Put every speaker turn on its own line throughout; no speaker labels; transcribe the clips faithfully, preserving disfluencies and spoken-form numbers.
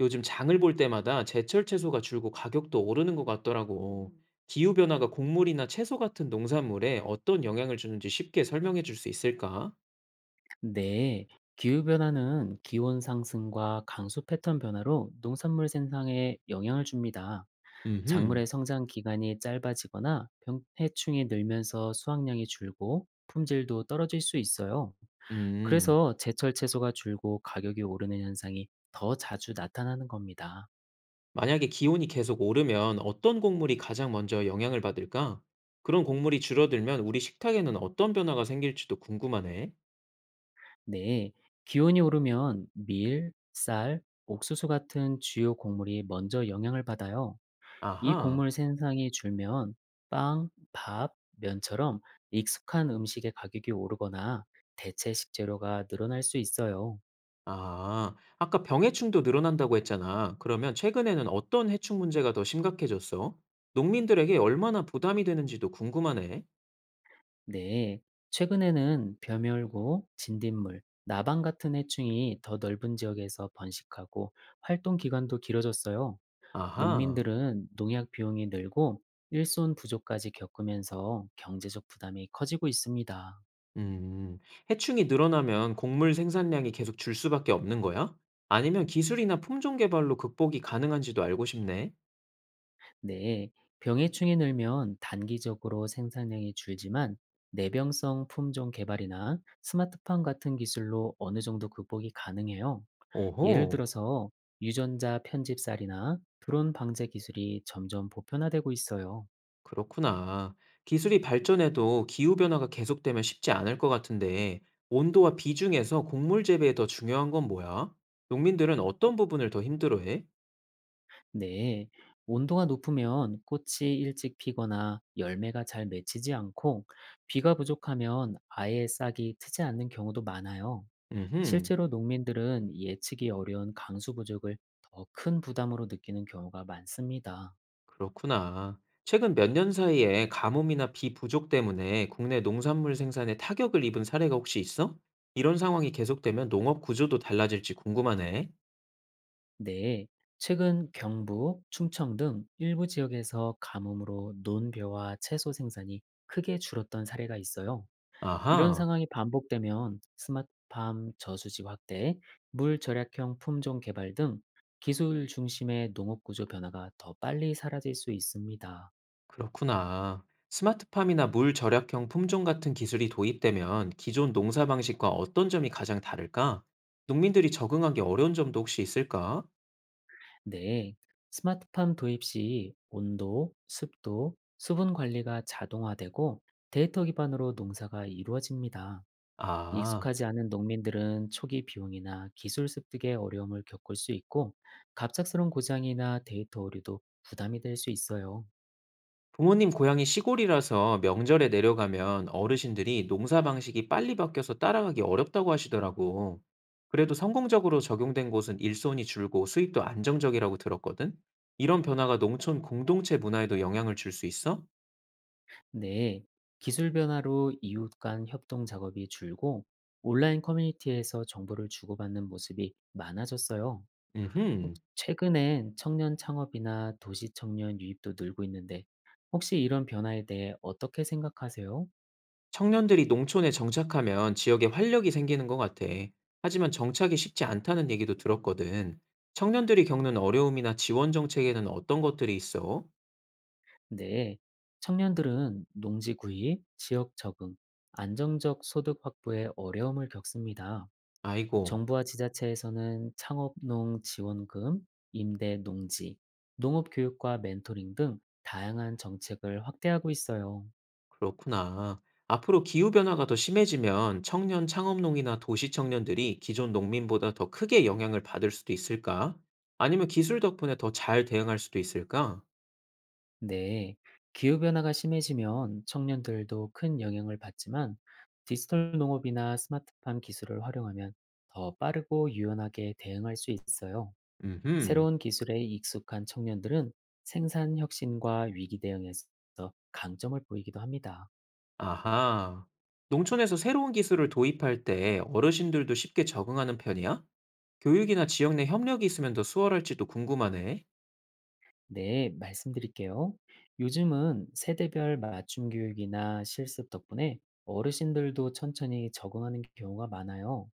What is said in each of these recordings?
요즘 장을 볼 때마다 제철 채소가 줄고 가격도 오르는 것 같더라고. 음. 기후변화가 곡물이나 채소 같은 농산물에 어떤 영향을 주는지 쉽게 설명해 줄 수 있을까?
네, 기후변화는 기온 상승과 강수 패턴 변화로 농산물 생산에 영향을 줍니다.
음흠.
작물의 성장 기간이 짧아지거나 병해충이 늘면서 수확량이 줄고 품질도 떨어질 수 있어요.
음,
그래서 제철 채소가 줄고 가격이 오르는 현상이 더 자주 나타나는 겁니다.
만약에 기온이 계속 오르면 어떤 곡물이 가장 먼저 영향을 받을까? 그런 곡물이 줄어들면 우리 식탁에는 어떤 변화가 생길지도 궁금하네.
네, 기온이 오르면 밀, 쌀, 옥수수 같은 주요 곡물이 먼저 영향을 받아요. 이
아하.
곡물 생산이 줄면 빵, 밥, 면처럼 익숙한 음식의 가격이 오르거나 대체 식재료가 늘어날 수 있어요.
아, 아까 병 해충도 늘어난다고 했잖아. 그러면 최근에는 어떤 해충 문제가 더 심각해졌어? 농민들에게 얼마나 부담이 되는지도 궁금하네.
네. 최근에는 벼멸구, 진딧물, 나방 같은 해충이 더 넓은 지역에서 번식하고 활동 기간도 길어졌어요.
아하,
농민들은 농약 비용이 늘고 일손 부족까지 겪으면서 경제적 부담이 커지고 있습니다.
음, 해충이 늘어나면 곡물 생산량이 계속 줄 수밖에 없는 거야? 아니면 기술이나 품종 개발로 극복이 가능한지도 알고 싶네.
네, 병해충이 늘면 단기적으로 생산량이 줄지만 내병성 품종 개발이나 스마트팜 같은 기술로 어느 정도 극복이 가능해요. 예를
오호.
들어서 유전자 편집살이나 드론 방제 기술이 점점 보편화되고 있어요.
그렇구나. 기술이 발전해도 기후변화가 계속되면 쉽지 않을 것 같은데, 온도와 비중에서 곡물 재배에 더 중요한 건 뭐야? 농민들은 어떤 부분을 더 힘들어해?
네, 온도가 높으면 꽃이 일찍 피거나 열매가 잘 맺히지 않고 비가 부족하면 아예 싹이 트지 않는 경우도 많아요.
음흠,
실제로 농민들은 예측이 어려운 강수 부족을 더 큰 부담으로 느끼는 경우가 많습니다.
그렇구나. 최근 몇 년 사이에 가뭄이나 비 부족 때문에 국내 농산물 생산에 타격을 입은 사례가 혹시 있어? 이런 상황이 계속되면 농업 구조도 달라질지 궁금하네.
네, 최근 경북, 충청 등 일부 지역에서 가뭄으로 논벼와 채소 생산이 크게 줄었던 사례가 있어요. 이런
아하.
상황이 반복되면 스마트팜 저수지 확대, 물 절약형 품종 개발 등 기술 중심의 농업 구조 변화가 더 빨리 사라질 수 있습니다.
그렇구나. 스마트팜이나 물 절약형 품종 같은 기술이 도입되면 기존 농사 방식과 어떤 점이 가장 다를까? 농민들이 적응하기 어려운 점도 혹시 있을까?
네, 스마트팜 도입 시 온도, 습도, 수분 관리가 자동화되고 데이터 기반으로 농사가 이루어집니다.
아,
익숙하지 않은 농민들은 초기 비용이나 기술 습득의 어려움을 겪을 수 있고 갑작스러운 고장이나 데이터 오류도 부담이 될 수 있어요.
부모님 고향이 시골이라서 명절에 내려가면 어르신들이 농사 방식이 빨리 바뀌어서 따라가기 어렵다고 하시더라고. 그래도 성공적으로 적용된 곳은 일손이 줄고 수입도 안정적이라고 들었거든? 이런 변화가 농촌 공동체 문화에도 영향을 줄 수 있어?
네, 기술 변화로 이웃 간 협동 작업이 줄고 온라인 커뮤니티에서 정보를 주고받는 모습이 많아졌어요.
음흠.
혹시 최근엔 청년 창업이나 도시 청년 유입도 늘고 있는데 혹시 이런 변화에 대해 어떻게 생각하세요?
청년들이 농촌에 정착하면 지역에 활력이 생기는 것 같아. 하지만 정착이 쉽지 않다는 얘기도 들었거든. 청년들이 겪는 어려움이나 지원 정책에는 어떤 것들이 있어?
네. 청년들은 농지 구입, 지역 적응, 안정적 소득 확보에 어려움을 겪습니다.
아이고,
정부와 지자체에서는 창업농 지원금, 임대 농지, 농업 교육과 멘토링 등 다양한 정책을 확대하고 있어요.
그렇구나. 앞으로 기후변화가 더 심해지면 청년 창업농이나 도시 청년들이 기존 농민보다 더 크게 영향을 받을 수도 있을까? 아니면 기술 덕분에 더 잘 대응할 수도 있을까?
네, 기후변화가 심해지면 청년들도 큰 영향을 받지만 디지털 농업이나 스마트팜 기술을 활용하면 더 빠르고 유연하게 대응할 수 있어요.
음흠,
새로운 기술에 익숙한 청년들은 생산 혁신과 위기 대응에서 강점을 보이기도 합니다.
아하. 농촌에서 새로운 기술을 도입할 때 어르신들도 쉽게 적응하는 편이야? 교육이나 지역 내 협력이 있으면 더 수월할지도 궁금하네.
네, 말씀드릴게요. 요즘은 세대별 맞춤 교육이나 실습 덕분에 어르신들도 천천히 적응하는 경우가 많아요.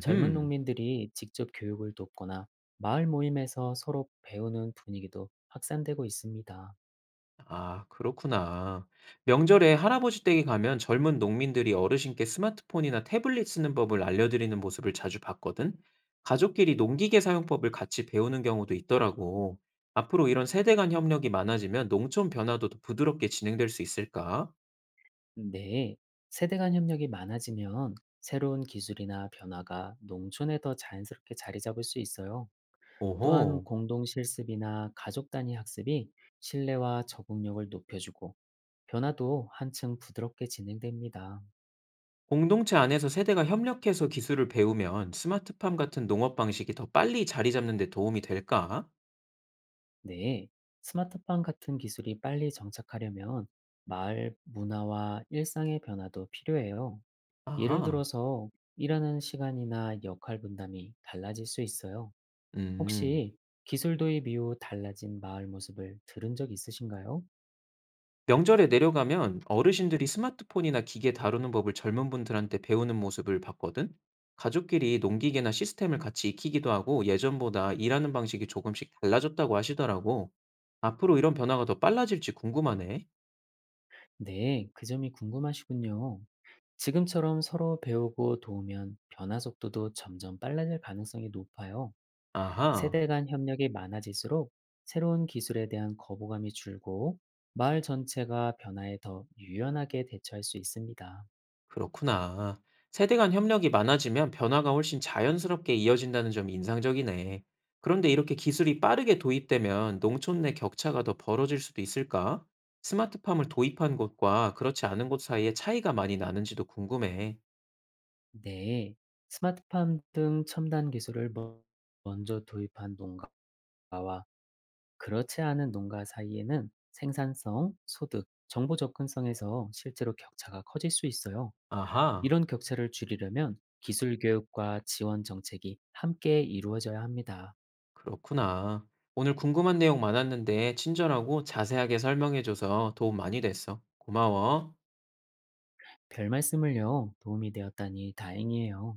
젊은 농민들이 직접 교육을 돕거나 마을 모임에서 서로 배우는 분위기도 확산되고 있습니다.
아, 그렇구나. 명절에 할아버지 댁에 가면 젊은 농민들이 어르신께 스마트폰이나 태블릿 쓰는 법을 알려드리는 모습을 자주 봤거든. 가족끼리 농기계 사용법을 같이 배우는 경우도 있더라고. 앞으로 이런 세대 간 협력이 많아지면 농촌 변화도 더 부드럽게 진행될 수 있을까?
네, 세대 간 협력이 많아지면 새로운 기술이나 변화가 농촌에 더 자연스럽게 자리 잡을 수 있어요. 또한
오호.
공동 실습이나 가족 단위 학습이 신뢰와 적응력을 높여주고 변화도 한층 부드럽게 진행됩니다.
공동체 안에서 세대가 협력해서 기술을 배우면 스마트팜 같은 농업 방식이 더 빨리 자리 잡는 데 도움이 될까?
네, 스마트팜 같은 기술이 빨리 정착하려면 마을 문화와 일상의 변화도 필요해요. 예를
아하.
들어서 일하는 시간이나 역할 분담이 달라질 수 있어요.
음.
혹시 기술 도입 이후 달라진 마을 모습을 들은 적 있으신가요?
명절에 내려가면 어르신들이 스마트폰이나 기계 다루는 법을 젊은 분들한테 배우는 모습을 봤거든? 가족끼리 농기계나 시스템을 같이 익히기도 하고 예전보다 일하는 방식이 조금씩 달라졌다고 하시더라고. 앞으로 이런 변화가 더 빨라질지 궁금하네.
네, 그 점이 궁금하시군요. 지금처럼 서로 배우고 도우면 변화 속도도 점점 빨라질 가능성이 높아요.
아하.
세대 간 협력이 많아질수록 새로운 기술에 대한 거부감이 줄고 마을 전체가 변화에 더 유연하게 대처할 수 있습니다.
그렇구나. 세대 간 협력이 많아지면 변화가 훨씬 자연스럽게 이어진다는 점이 인상적이네. 그런데 이렇게 기술이 빠르게 도입되면 농촌 내 격차가 더 벌어질 수도 있을까? 스마트팜을 도입한 곳과 그렇지 않은 곳 사이에 차이가 많이 나는지도 궁금해.
네, 스마트팜 등 첨단 기술을 먼- 먼저 도입한 농가와 그렇지 않은 농가 사이에는 생산성, 소득, 정보 접근성에서 실제로 격차가 커질 수 있어요.
아하,
이런 격차를 줄이려면 기술 교육과 지원 정책이 함께 이루어져야 합니다.
그렇구나. 오늘 궁금한 내용 많았는데 친절하고 자세하게 설명해줘서 도움 많이 됐어. 고마워.
별 말씀을요, 도움이 되었다니 다행이에요.